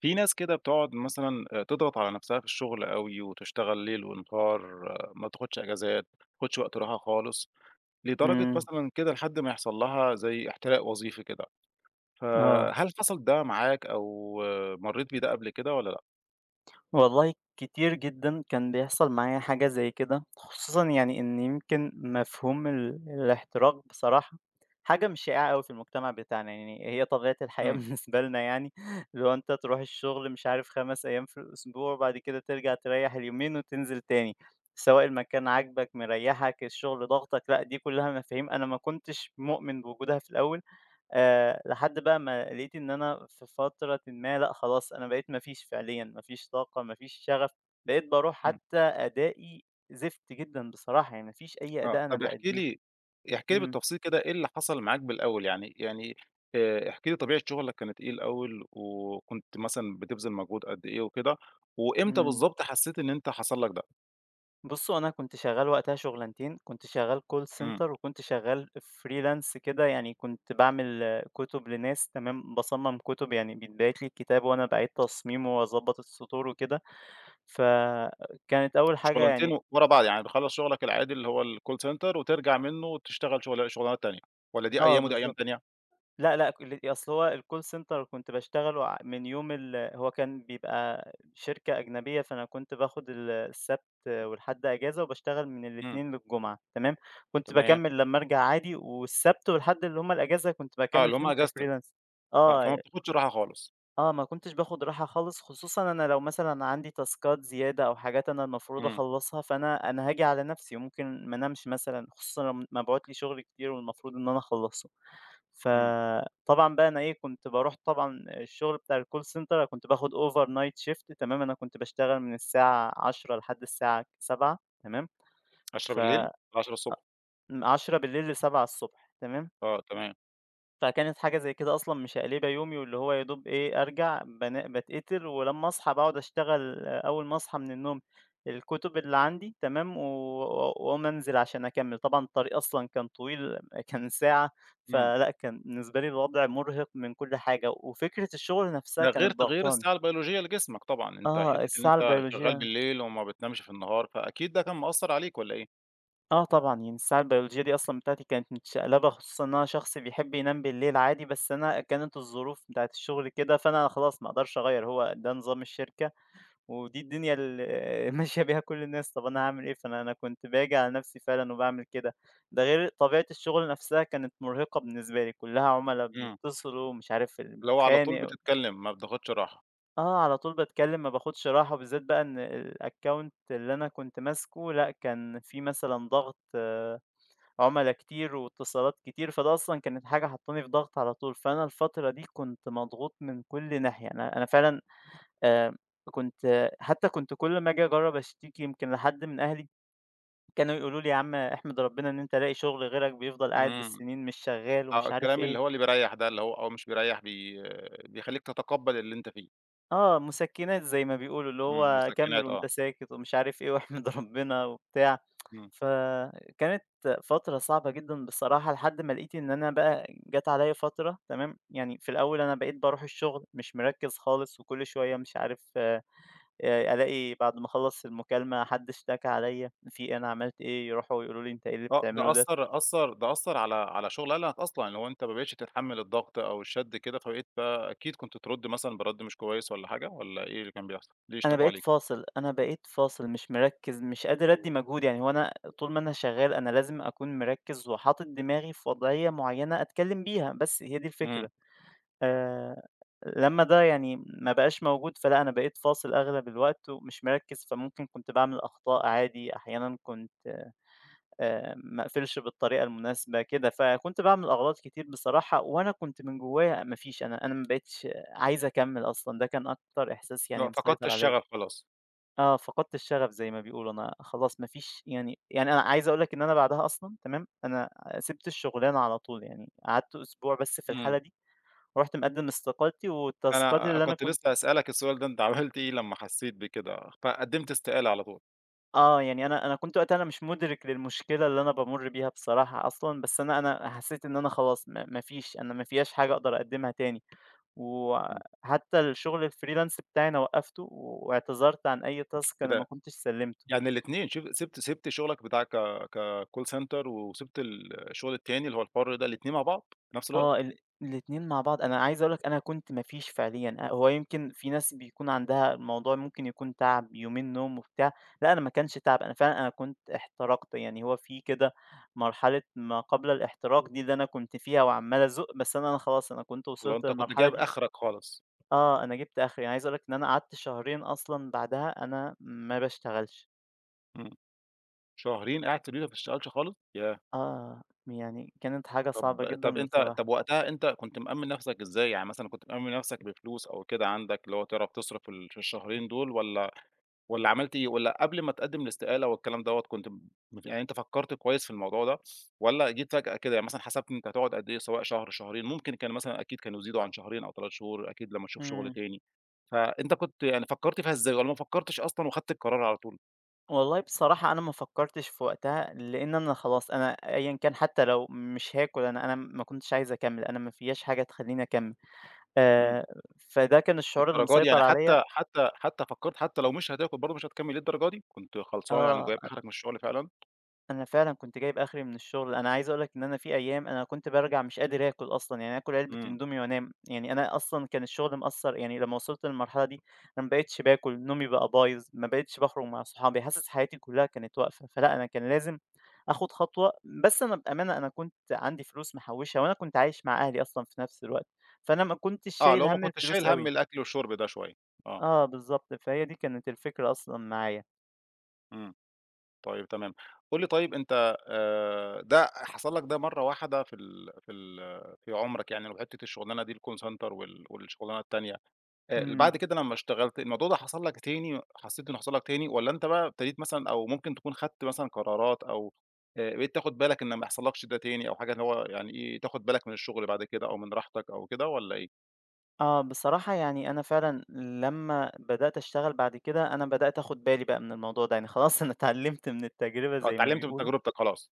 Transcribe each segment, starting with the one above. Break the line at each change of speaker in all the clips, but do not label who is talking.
في ناس كده بتقعد مثلًا تضغط على نفسها في الشغل أوي، وتشتغل ليل ونهار، آه، ما بتاخدش أجازات، ما بتاخدش وقت راحة خالص، لدرجة
إمم،
مثلًا كده لحد ما يحصل لها زي احتراق وظيفي كده،
آه،
فهل حصل ده معاك أو آه، مرّيت بيه ده قبل كده والّا لأ؟
والله كتير جدًا كان بيحصل معايا حاجة زي كده، خصوصًا يعني إن يمكن مفهوم الاحتراق بصراحة حاجة مش شائعة أوي في المجتمع بتاعنا، يعني هي طبيعة الحياة
إمم.
بالنسبة لنا يعني، اللي هو أنت تروح الشغل مش عارف 5 أيام في الأسبوع، وبعد كده ترجع تريّح اليومين وتنزل تاني، سواء المكان عاجبك، مريّحك، الشغل ضاغطك، لأ دي كلها مفاهيم أنا ما كنتش مؤمن بوجودها في الأول، لحد بقى ما لقيت إن أنا في فترةٍ ما لأ خلاص أنا بقيت ما فيش فعليًا، ما فيش طاقة، ما فيش شغف، بقيت باروح
إمم.
حتى أدائي زفت جدًا بصراحة، يعني ما فيش أي
آه،
أداء أنا
طب احكِ
بأديه.
لي احكِ لي
إمم،
بالتفصيل كده إيه اللي حصل معاك بالأول يعني. احكِ لي طبيعة شغلك كانت إيه الأول، وكنت مثلًا بتبذل مجهود قد إيه وكده، وإمتى
إمم.
بالضبط حسيت إن أنت حصل لك ده؟
بُصوا أنا كنت شغال وقتها شغلانتين، كنت شغال call
إمم.
center وكنت شغال freelance كده، يعني كنت باعمل كتب لناس تمام، باصمم كتب يعني بيتبعت لي الكتاب وأنا باعيد تصميمه وأضبط السطور وكده، فكانت أول حاجة
شغلانتين
يعني.
و ورا بعض، يعني بتخلّص شغلك العادي اللي هو الcall center وترجع منّه تشتغل شغل شغلانات تانية، والّا دي
آه،
أيام ودي أيام
بالضبط.
تانية؟
لأ، لأ، كل أصل هو الcall center كنت باشتغله من يوم هو كان بيبقى شركة أجنبية، فأنا كنت باخد السبت والحد إجازة، وباشتغل من
إمم.
الإتنين للجمعة، تمام، كنت
تمام.
باكمّل لمّا أرجع عادي، والسبت والحد اللي هُم الإجازة كنت
آه،
باكمّل
اللي هم
فيهم
إجازتك.
كfreelance.
آه، فما
آه،
بتاخدش راحة خالص.
آه، ما كنتش باخد راحة خالص، خصوصًا أنا لو مثلًا عندي تاسكات زيادة أو حاجات أنا المفروض
إمم.
أخلّصها، فأنا هاجي على نفسي، ممكن ما انامش مثلًا، خصوصًا لو مبعوت لي شغل كتير والمفروض إن أنا أخلّصه.
إمم.
فطبعًا بقى أنا إيه، كنت باروح طبعًا الشغل بتاع الcall center أنا كنت باخد overnight shift تمام، أنا كنت باشتغل من الساعة 10:00 لحد الساعة 19:00 تمام، ف
22:00 ل10:00.
من 10:00 ل7:00 تمام.
آه، تمام.
فكانت حاجة زي كده أصلًا مش قالبة يومي، واللي هو يا دوب إيه أرجع بان باتقتل، ولمّا أصحى باقعد أشتغل آه، أول ما أصحى من النوم الكتب اللي عندي تمام، و و- وأقوم أنزل عشان أكمّل، طبعًا الطريق أصلًا كان طويل كان ساعة،
إمم.
فلأ كان بالنسبة لي الوضع مُرهق من كل حاجة، وفكرة الشغل نفسها
ده غير
كانت
تغيير
ضاغطاني.
الساعة البيولوجية لجسمك طبعًا، أنت
آه،
حتّة إن
الساعة
أنت شغال
البيولوجية
بالليل وما بتنامش في النهار، فأكيد ده كان مأثّر عليك والّا إيه؟
آه طبعًا، يعني الساعة البيولوجية دي أصلًا بتاعتي كانت متشقلبة، خصوصًا إن أنا شخص بيحب ينام بالليل عادي، بس أنا كانت الظروف بتاعة الشغل كده، فأنا خلاص ما أقدرش أغيّر، هو ده نظام الشركة ودي الدنيا ال ماشية بيها كل الناس، طب أنا هاعمل إيه؟ فأنا كنت باجي على نفسي فعلًا وباعمل كده، ده غير طبيعة الشغل نفسها كانت مرهقة بالنسبة لي، كلّها عُملا
إمم.
بيتصلوا مش عارف اللي
اللي هو على طول
بيتخانق.
بتتكلم ما بتاخدش راحة.
آه، على طول باتكلّم ما باخدش راحة، وبالذات بقى إن الaccount اللي أنا كنت ماسكه لأ، كان في مثلًا ضغط عُملا كتير واتصالات كتير، فده أصلًا كانت حاجة حطّاني في ضغط على طول، فأنا الفترة دي كنت مضغوط من كل ناحية، أنا فعلًا آآ كنت حتى كنت كل ما آجي أجرّب أشتكي يمكن لحد من أهلي، كانوا يقولوا لي: "يا عم احمد ربنا إن أنت لاقي شغل، غيرك بيفضل قاعد
إمم.
بالسنين مش شغّال."
آه،
ومش عارف
الكلام
إيه،
اللي هو اللي بيريّح ده، اللي هو أو مش بيريّح بيخلّيك تتقبّل اللي أنت فيه.
آه، مسكِّنات زي ما بيقولوا، اللي
إمم،
هو كمّل
مسكنات آه.
وأنت ساكت ومش عارف إيه واحمد ربنا وبتاع.
إمم.
فكانت فترة صعبة جدًا بصراحة، لحد ما لقيت إن أنا بقى جات عليَّ فترة تمام، يعني في الأول أنا بقيت باروح الشغل مش مركّز خالص، وكل شوية مش عارف ألاقي بعد ما أخلّص المكالمة حد اشتكى عليَّ، في أنا عملت إيه، يروحوا يقولوا لي أنت إيه اللي
آه، ده
بتعمله ده،
أثّر أثّر ده أثّر على شغلانك أصلًا، اللي هو أنت ما بقيتش تتحمّل الضغط أو الشد كده، فبقيت بقى أكيد كنت ترُد مثلًا برَد مش كويس والّا حاجة، والّا إيه اللي كان بيحصل؟ ليه
أنا
يشتكوا
بقيت
عليك؟
فاصل، أنا بقيت فاصل مش مركّز، مش قادر أدّي مجهود، يعني هو أنا طول ما أنا شغال أنا لازم أكون مركّز وحاطط دماغي في وضعية معينة أتكلم بيها، بس هي دي
إمم.
الفكرة. آآ لمّا ده يعني ما بقاش موجود، فلأ أنا بقيت فاصل أغلب الوقت ومش مركّز، فممكن كنت باعمل أخطاء عادي، أحيانًا كنت ما أقفلش بالطريقة المناسبة كده، فكنت باعمل أغلاط كتير بصراحة، وأنا كنت من جوايا ما فيش أنا ما بقيتش عايز أكمّل أصلًا، ده كان أكتر إحساس
لأ
يعني
فقدت
مسيطر عليَّ.
الشغف خلاص.
آه، فقدت الشغف زي ما بيقولوا، أنا خلاص ما فيش يعني أنا عايز أقول لك إن أنا بعدها أصلًا تمام، أنا سِبت الشغلانة على طول، يعني قعدت أسبوع بس في
إمم.
الحالة دي. رُحت مقدّم استقالتي وتاسكاتي
أنا
اللي أنا
كنت
كنت.
لسه هاسألك السؤال ده، أنت عملت إيه لمّا حسّيت بكده؟ فقدّمت استقالة على طول.
آه، يعني أنا كنت وقتها أنا مش مُدرك للمشكلة اللي أنا بامُر بيها بصراحة أصلًا، بس أنا حسّيت إن أنا خلاص ما فيش أنا ما فيّاش حاجة أقدر أقدّمها تاني،
إمم.
وحتى الشغل الfreelance بتاعي أنا وقّفته واعتذرت عن أي task أنا ما
كده
كنتش سلّمته.
يعني الاتنين شوف سِبت شغلك بتاع كcall center وسِبت الشغل التاني اللي هو الحُر ده، الاتنين مع بعض في نفس
آه،
الوقت،
الاتنين مع بعض، أنا عايز أقول لك أنا كنت ما فيش فعليًا، هو يمكن في ناس بيكون عندها الموضوع ممكن يكون تعب، يومين نوم وبتاع، لأ أنا ما كانش تعب، أنا فعلًا أنا كنت احترقت، يعني هو في كده مرحلة ما قبل الاحتراق دي اللي أنا كنت فيها وعمّال أزُق، بس أنا خلاص أنا كنت
والّا
وصلت
أنت كنت
للمرحلة
جايب
دي.
آخرك خالص؟
آه، أنا جِبت آخري، أنا عايز أقول لك إن أنا قعدت شهرين أصلًا بعدها أنا ما باشتغلش،
إمم. شهرين قاعد في البيت ما بتشتغلش خالص؟ ياه!
آه، يعني كانت حاجة صعبة
طب
جدًا
أنت
بصراحة،
طب وقتها أنت كنت مأمِّن نفسك إزاي؟ يعني مثلًا كنت مأمِّن نفسك بفلوس أو كده عندك اللي هو تعرف تصرف في في الشهرين دول والّا عملت إيه؟ والّا قبل ما تقدِّم الاستقالة والكلام دوّة كنت يعني أنت فكّرت كويس في الموضوع ده والّا جيت فجأة كده؟ يعني مثلًا حسبت أنت هتقعد قد إيه سواء شهر، شهرين، ممكن كان مثلًا أكيد كانوا يزيدوا عن شهرين أو 3 شهور أكيد لمّا تشوف شغل
إمم.
تاني، فأنت كنت يعني فكّرت فيها إزاي والّا ما فكّرتش أصلًا وخدت القرار على طول؟
والله بصراحة أنا ما فكّرتش في وقتها، لإن أنا خلاص أنا أيًا كان حتى لو مش هاكل أنا ما كنتش عايز أكمّل، أنا ما فيّاش حاجة تخلّيني أكمّل،
إمم.
آآ، فده كان الشعور اللي
للدرجة دي! يعني
مسيطر عليَّ.
حتى فكّرت حتى لو مش هتاكل برضه مش هتكمّل للدرجة دي! كنت خلصان يعني
آه.
وجايب آخرك من الشغل فعلًا؟
أنا فعلًا كنت جايب آخري من الشغل، أنا عايز أقول لك إن أنا في أيام أنا كنت بارجع مش قادر آكل أصلًا، يعني آكل علبة
إمم.
إندومي وأنام، يعني أنا أصلًا كان الشغل مأثّر يعني لمّا وصلت للمرحلة دي أنا ما بقيتش باكل، نومي بقى بايظ، ما بقيتش باخرج مع صحابي، حاسس حياتي كلها كانت واقفة، فلأ أنا كان لازم آخد خطوة، بس أنا بأمانة أنا كنت عندي فلوس محوشة وأنا كنت عايش مع أهلي أصلًا في نفس الوقت، فأنا ما كنتش
آه، اللي
شايل
هو ما
هَم
كنتش
الفلوس
شايل هَم
أوي.
الأكل والشرب ده شوية. آه.
آه بالضبط، فهي دي كانت الفكرة أصلًا معايا.
إمم. طيب تمام. قُل لي طيب أنت ده حصل لك ده مرّة واحدة في ال في ال في عُمرك يعني وحتّة الشغلانة دي الcall center وال والشغلانة التانية ل
إمم.
بعد كده لمّا اشتغلت، الموضوع ده حصل لك تاني حسّيت إنه حصل لك تاني والّا أنت بقى ابتديت مثلًا أو ممكن تكون خدت مثلًا قرارات أو بقيت تاخُد بالك إن ما يحصلكش ده تاني أو حاجة اللي هو يعني إيه، تاخُد بالك من الشغل بعد كده أو من راحتك أو كده والّا إيه؟
آه، بصراحة يعني أنا فعلًا لمّا بدأت أشتغل بعد كده، أنا بدأت آخُد بالي بقى من الموضوع ده، يعني خلاص أنا اتعلّمت من التجربة
آه،
زي ما
اتعلّمت من
بيقولوا.
تجربتك خلاص.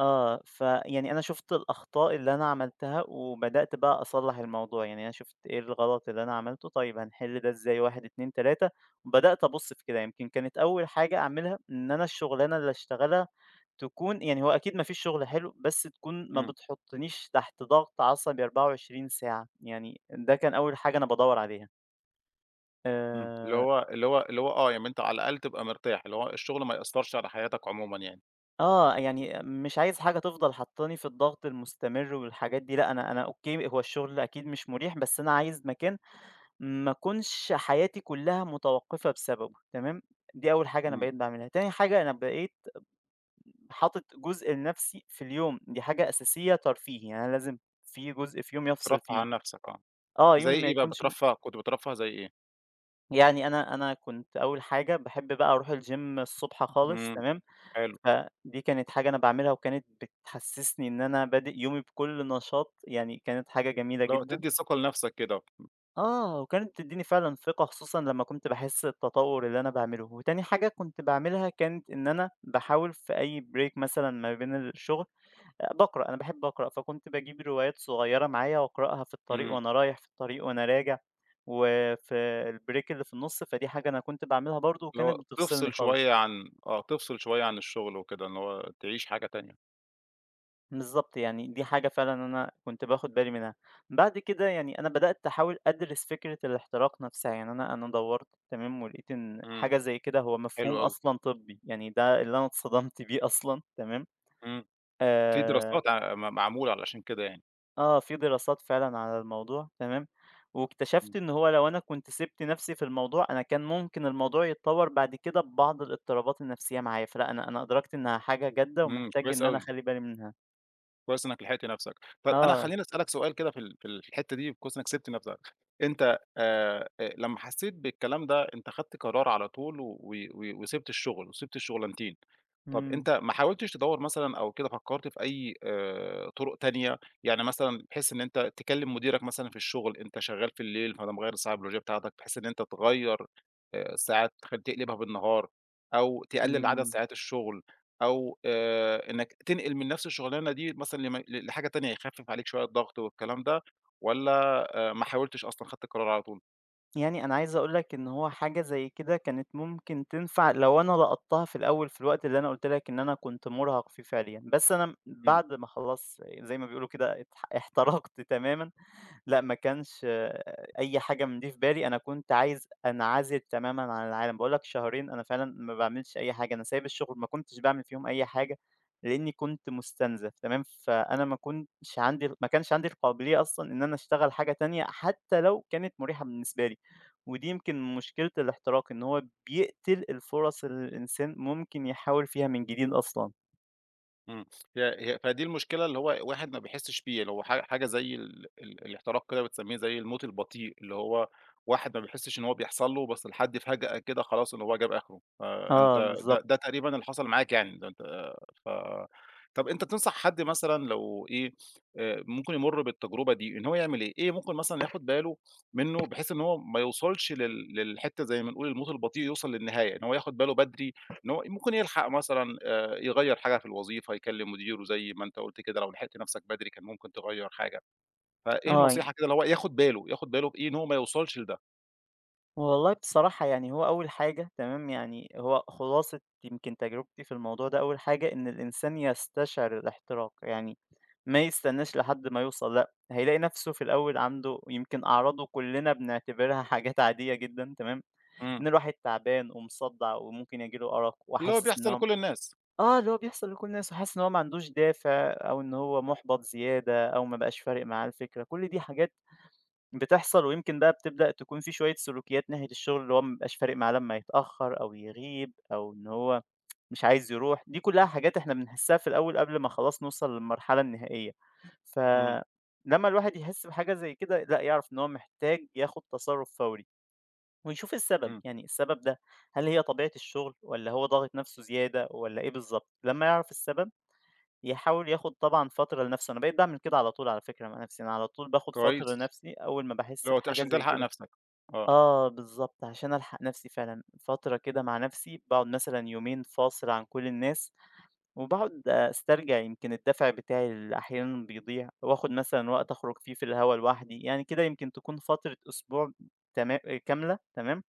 آه، فيعني أنا شُفت الأخطاء اللي أنا عملتها وبدأت بقى أصلّح الموضوع، يعني أنا شُفت إيه الغلط اللي أنا عملته، طيب هنحِل ده إزاي 1، 2، 3. وبدأت أبُص في كده. يمكن كانت أول حاجة أعملها إن أنا الشُغلانة اللي أشتغلها تكون يعني هو أكيد ما فيش شُغل حلو، بس تكون ما
إمم.
بتحُطّنيش تحت ضغط عصبي 24 ساعة، يعني ده كان أول حاجة أنا بادوّر عليها.
إمم. اللي
آآ
هو اللي هو اللي هو آه، يعني أنت على الأقل تبقى مرتاح، اللي هو الشغل ما يأثّرش على حياتك عمومًا يعني.
آه، يعني مش عايز حاجة تفضل حاطّاني في الضغط المستمر والحاجات دي، لأ أنا أوكي، هو الشغل أكيد مش مُريح، بس أنا عايز مكان ما أكونش حياتي كلّها متوقّفة بسببه، تمام، دي أول حاجة أنا
إمم.
بقيت باعملها، تاني حاجة أنا بقيت حاطط جزء لنَفْسي في اليوم، دي حاجة أساسية ترفيهي، يعني أنا لازم في جزء في يومي أفصل
ترفّه
فيه،
عن نَفْسك آه.
آه، يومي
زي
ما
إيه بقى
يكونش
بترفّه كنت بترفّه زي إيه؟
يعني أنا كنت أول حاجة باحب بقى أروح الgym الصبح خالص،
إمم،
تمام.
حلو.
فدي كانت حاجة أنا باعملها وكانت بتحسسني إن أنا بادئ يومي بكل نشاط، يعني كانت حاجة جميلة
اللي هو
جدًا.
تدّي ثقة لنَفْسك كده.
آه، وكانت بتدّيني فعلًا ثقة خصوصًا لمّا كنت باحس التطور اللي أنا باعمله، وتاني حاجة كنت باعملها كانت إن أنا باحاول في أي break مثلًا ما بين الشغل باقرأ، أنا باحب أقرأ، فكنت باجيب روايات صغيرة معايا وأقرأها في الطريق
إمم.
وأنا رايح، في الطريق وأنا راجع، وفي الbreak اللي في النُص، فدي حاجة أنا كنت باعملها برضه
اللي
وكانت
هو
بتفصلني
تفصل
خالص.
شوية عن آه، تفصل شوية عن الشغل وكده، إن هو تعيش حاجة تانية.
بالضبط، يعني دي حاجة فعلًا أنا كنت باخد بالي منها. بعد كده يعني أنا بدأت أحاول أدرس فكرة الاحتراق نفسها، يعني أنا دوّرت تمام، ولقيت إن
إمم.
حاجة زي كده هو
حلو
مفهوم
أوي.
أصلًا طبّي، يعني ده اللي أنا اتصدمت بيه أصلًا تمام،
إمم. في
آآ
دراسات ع م معمولة علشان كده يعني.
آه، في دراسات فعلًا على الموضوع تمام،
إمم.
واكتشفت إن هو لو أنا كنت سِبت نفسي في الموضوع، أنا كان ممكن الموضوع يتطوّر بعد كده ببعض الاضطرابات النفسية معايا، فلأ أنا أدركت إنها حاجة جادة
إمم،
ومحتاج
كويس
إن أنا
أوي.
أخلّي بالي منها.
كويس إنك لحقت نَفْسك. طَب أنا
آه،
خلّيني أسألك سؤال كده في ال في الحتّة دي كويس إنك سِبت نَفْسك. أنت أ لمّا حسّيت بالكلام ده، أنت خدت قرار على طول و وسِبت الشُغل وسِبت الشُغلانتين. طَب
إمم،
أنت ما حاولتش تدوّر مثلًا أو كده فكّرت في أي طُرق تانية؟ يعني مثلًا بحيث إن أنت تكلِّم مديرك مثلًا في الشُغل، أنت شغّال في الليل فده مغيّر الساعة البيولوجية بتاعتك بحيث إن أنت تغيّر الساعات تقلبها بالنهار أو تقلِّل عدد
إمم.
ساعات الشُغل. أو إنك تنقل من نفس الشغلانة دي مثلًا لم ل لحاجة تانية، يخفف عليك شوية الضغط والكلام ده، والّا ما حاولتش أصلًا خدت القرار على طول؟
يعني أنا عايز أقول لك إن هو حاجة زي كده كانت ممكن تنفع لو أنا لقطتها في الأول في الوقت اللي أنا قلت لك إن أنا كنت مرهق فيه فعليًا، بس أنا بعد ما خلاص زي ما بيقولوا كده احترقت تمامًا. لأ، ما كانش آه، أي حاجة من دي في بالي، أنا كنت عايز أنعزل تمامًا عن العالم، باقول لك شهرين أنا فعلًا ما باعملش أي حاجة، أنا سايب الشغل ما كنتش باعمل فيهم أي حاجة، لإني كنت مُستنزف تمام، فأنا ما كنتش عندي ما كانش عندي القابلية أصلًا إن أنا أشتغل حاجة تانية حتى لو كانت مريحة بالنسبة لي، ودي يمكن مشكلة الاحتراق، إن هو بيقتل الفُرص اللي الإنسان ممكن يحاول فيها من جديد أصلًا.
إمم. هي هي فدي المشكلة اللي هو الواحد ما بيحسّش بيه، اللي هو حاجة زي ال ال الاحتراق كده بتسمّيه زي الموت البطيء، اللي هو واحد ما بيحسّش إن هو بيحصل له، بس الحد فجأة كده خلاص اللي هو جاب آخره. فأنت
آه
ده
بالضبط،
تقريبًا اللي حصل معاك يعني، ده أنت آه، ف طَب أنت تنصح حد مثلًا لو إيه، ممكن يمُر بالتجربة دي، إن هو يعمل إيه؟ إيه ممكن مثلًا ياخُد باله منّه بحيث إن هو ما يوصلش للحتّة زي ما نقول الموت البطيء يوصل للنهاية، إن هو ياخُد باله بدري إن هو ممكن يلحق مثلًا يغيّر حاجة في الوظيفة، يكلّم مديره زي ما أنت قُلت كده، لو لحقت نَفْسك بدري كان ممكن تغيّر حاجة، فإيه
آه.
النصيحة كده اللي هو ياخُد باله، ياخُد باله بإيه إن هو ما يوصلش لده.
والله بصراحة يعني هو أول حاجة تمام يعني هو خلاصة يمكن تجربتي في الموضوع ده، أول حاجة إن الإنسان يستشعر الاحتراق يعني ما يستناش لحد ما يوصل، لأ هيلاقي نفسه في الأول عنده يمكن أعراضه كلنا بنعتبرها حاجات عادية جدا تمام،
إمم.
إن الواحد تعبان ومصدع وممكن يجيله أرق
اللي هو
وحاسس إن
بيحصل
هو،
لكل الناس.
آه، اللي هو بيحصل لكل الناس، وحاسس إن هو ما عندوش دافع أو إن هو محبط زيادة أو ما بقاش فارق معاه الفكرة، كل دي حاجات بتحصل، ويمكن بقى بتبدأ تكون في شوية سلوكيات ناحية الشغل اللي هو ما بيبقاش فارق معاه لما يتأخر أو يغيب أو إن هو مش عايز يروح، دي كلها حاجات إحنا بنحسها في الأول قبل ما خلاص نوصل للمرحلة النهائية.
إمم.
فلما الواحد يحس بحاجة زي كده لا يعرف إن هو محتاج ياخد تصرف فوري، ويشوف السبب،
إمم.
يعني السبب ده هل هي طبيعة الشغل ولا هو ضاغط نفسه زيادة ولا إيه بالظبط، لما يعرف السبب يحاول ياخد طبعا فترة لنفسه. أنا بقيت بعمل كده على طول على فكرة مع نفسي، أنا على طول باخد فترة
كويس.
لنفسي أول ما بحس
اللي هو
بحاجة
عشان
زي
تلحق
كده.
نَفْسك. آه.
آه بالضبط، عشان ألحق نفسي فعلًا، فترة كده مع نفسي باقعد مثلًا يومين فاصل عن كل الناس، وباقعد أسترجع يمكن الدافع بتاعي اللي أحيانًا بيضيع، وآخد مثلًا وقت أخرج فيه في الهوا لوحدي، يعني كده يمكن تكون فترة أسبوع تما كاملة تمام،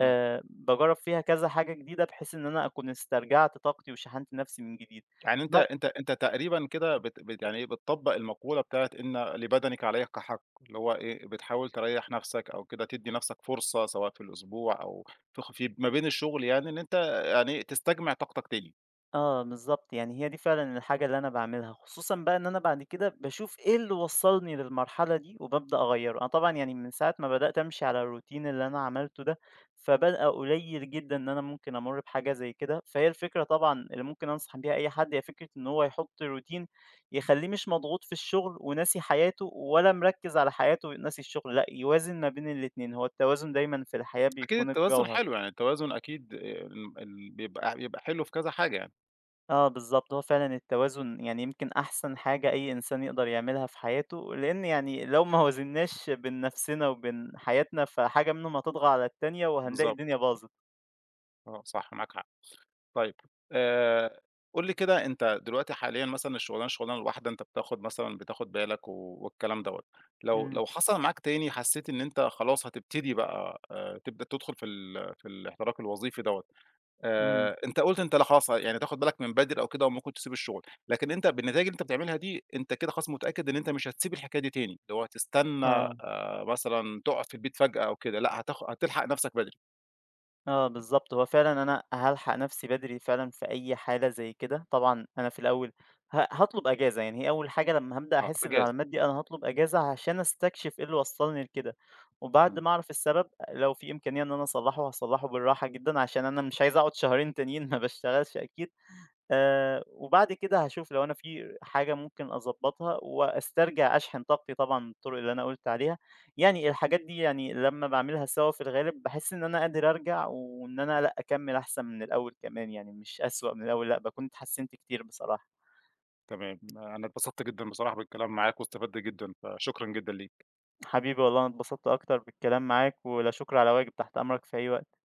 إمم.
باجرّب فيها كذا حاجة جديدة بحيث إن أنا أكون استرجعت طاقتي وشحنت نفسي من جديد.
يعني أنت
ب
أنت أنت تقريبًا كده بت بت يعني إيه بتطبّق المقولة بتاعة إن لبدنك عليك حق، اللي هو إيه بتحاول تريّح نَفْسك أو كده تدّي نَفْسك فرصة سواء في الأسبوع أو في في ما بين الشغل يعني إن أنت يعني تستجمع طاقتك تاني.
آه، بالضبط، يعني هي دي فعلًا الحاجة اللي أنا باعملها، خصوصًا بقى إن أنا بعد كده باشوف إيه اللي وصّلني للمرحلة دي وبابدأ أغيّره، أنا طبعًا يعني من ساعة ما بدأت أمشي على الروتين اللي أنا عملته ده، فبقى قليل جدًا إن أنا ممكن أمُر بحاجة زي كده، فهي الفكرة طبعًا اللي ممكن أنصح بيها أي حد هي فكرة إن هو يحط روتين يخلّيه مش مضغوط في الشغل وناسي حياته، ولا مركّز على حياته وناسي الشغل، لأ يوازن ما بين الاتنين، هو التوازن دايمًا في الحياة
أكيد
بيكون
التوازن
الجوهر.
حلو، يعني التوازن أكيد ال ال بيبقى بيبقى حلو في كذا حاجة يعني.
آه بالضبط، هو فعلًا التوازن يعني يمكن أحسن حاجة أي إنسان يقدر يعملها في حياته، لإن يعني لو ما وازناش بين نفسنا وبين حياتنا، فحاجة منهم هتطغى على التانية وهنلاقي
بالضبط،
الدنيا باظت.
آه صح معاك حق. طيب آآ قُل لي كده أنت دلوقتي حاليًا مثلًا الشغلانة الواحدة أنت بتاخد مثلًا بتاخد بالك والكلام دوّة، لو
إمم،
لو حصل معاك تاني حسيت إن أنت خلاص هتبتدي بقى تبدأ تدخل في ال في الاحتراق الوظيفي دوّة،
إمم،
أنت قُلت أنت لا خلاص يعني تاخد بالك من بدري أو كده وممكن تسيب الشغل، لكن أنت بالنتايج اللي أنت بتعملها دي أنت كده خلاص متأكد إن أنت مش هتسيب الحكاية دي تاني، اللي هو هتستنى
آه.
مثلًا تُقف في البيت فجأة أو كده، لأ هتلحق نفْسك بدري.
آه بالضبط، هو فعلًا أنا هالحق نفسي بدري فعلًا في أي حالة زي كده، طبعًا أنا في الأول هاطلب إجازة، يعني هي أول حاجة لمّا هابدأ
آه.
أحس
إجازة.
بالعلامات دي أنا هاطلب إجازة عشان أستكشف إيه اللي وصّلني لكده، وبعد
إمم،
ما أعرف السبب لو في إمكانية إن أنا أصلّحه هاصلّحه بالراحة جدًا، عشان أنا مش عايز أقعد شهرين تانيين ما باشتغلش أكيد. وبعد كده هاشوف لو أنا في حاجة ممكن أضبّطها وأسترجع أشحن طاقتي طبعًا من الطرق اللي أنا قُلت عليها، يعني الحاجات دي يعني لمّا باعملها سوا في الغالب باحس إن أنا قادر أرجع وإن أنا لأ، أكمّل أحسن من الأول كمان يعني مش أسوأ من الأول لأ، باكون اتحسّنت كتير بصراحة.
تمام. أنا اتبسطت جدًا بصراحة بالكلام معاك واستفدت جدًا، فشكرًا جدًا ليك.
حبيبي والله أنا اتبسطت أكتر بالكلام معاك، ولا شكر على واجب، تحت أمرك في أي وقت.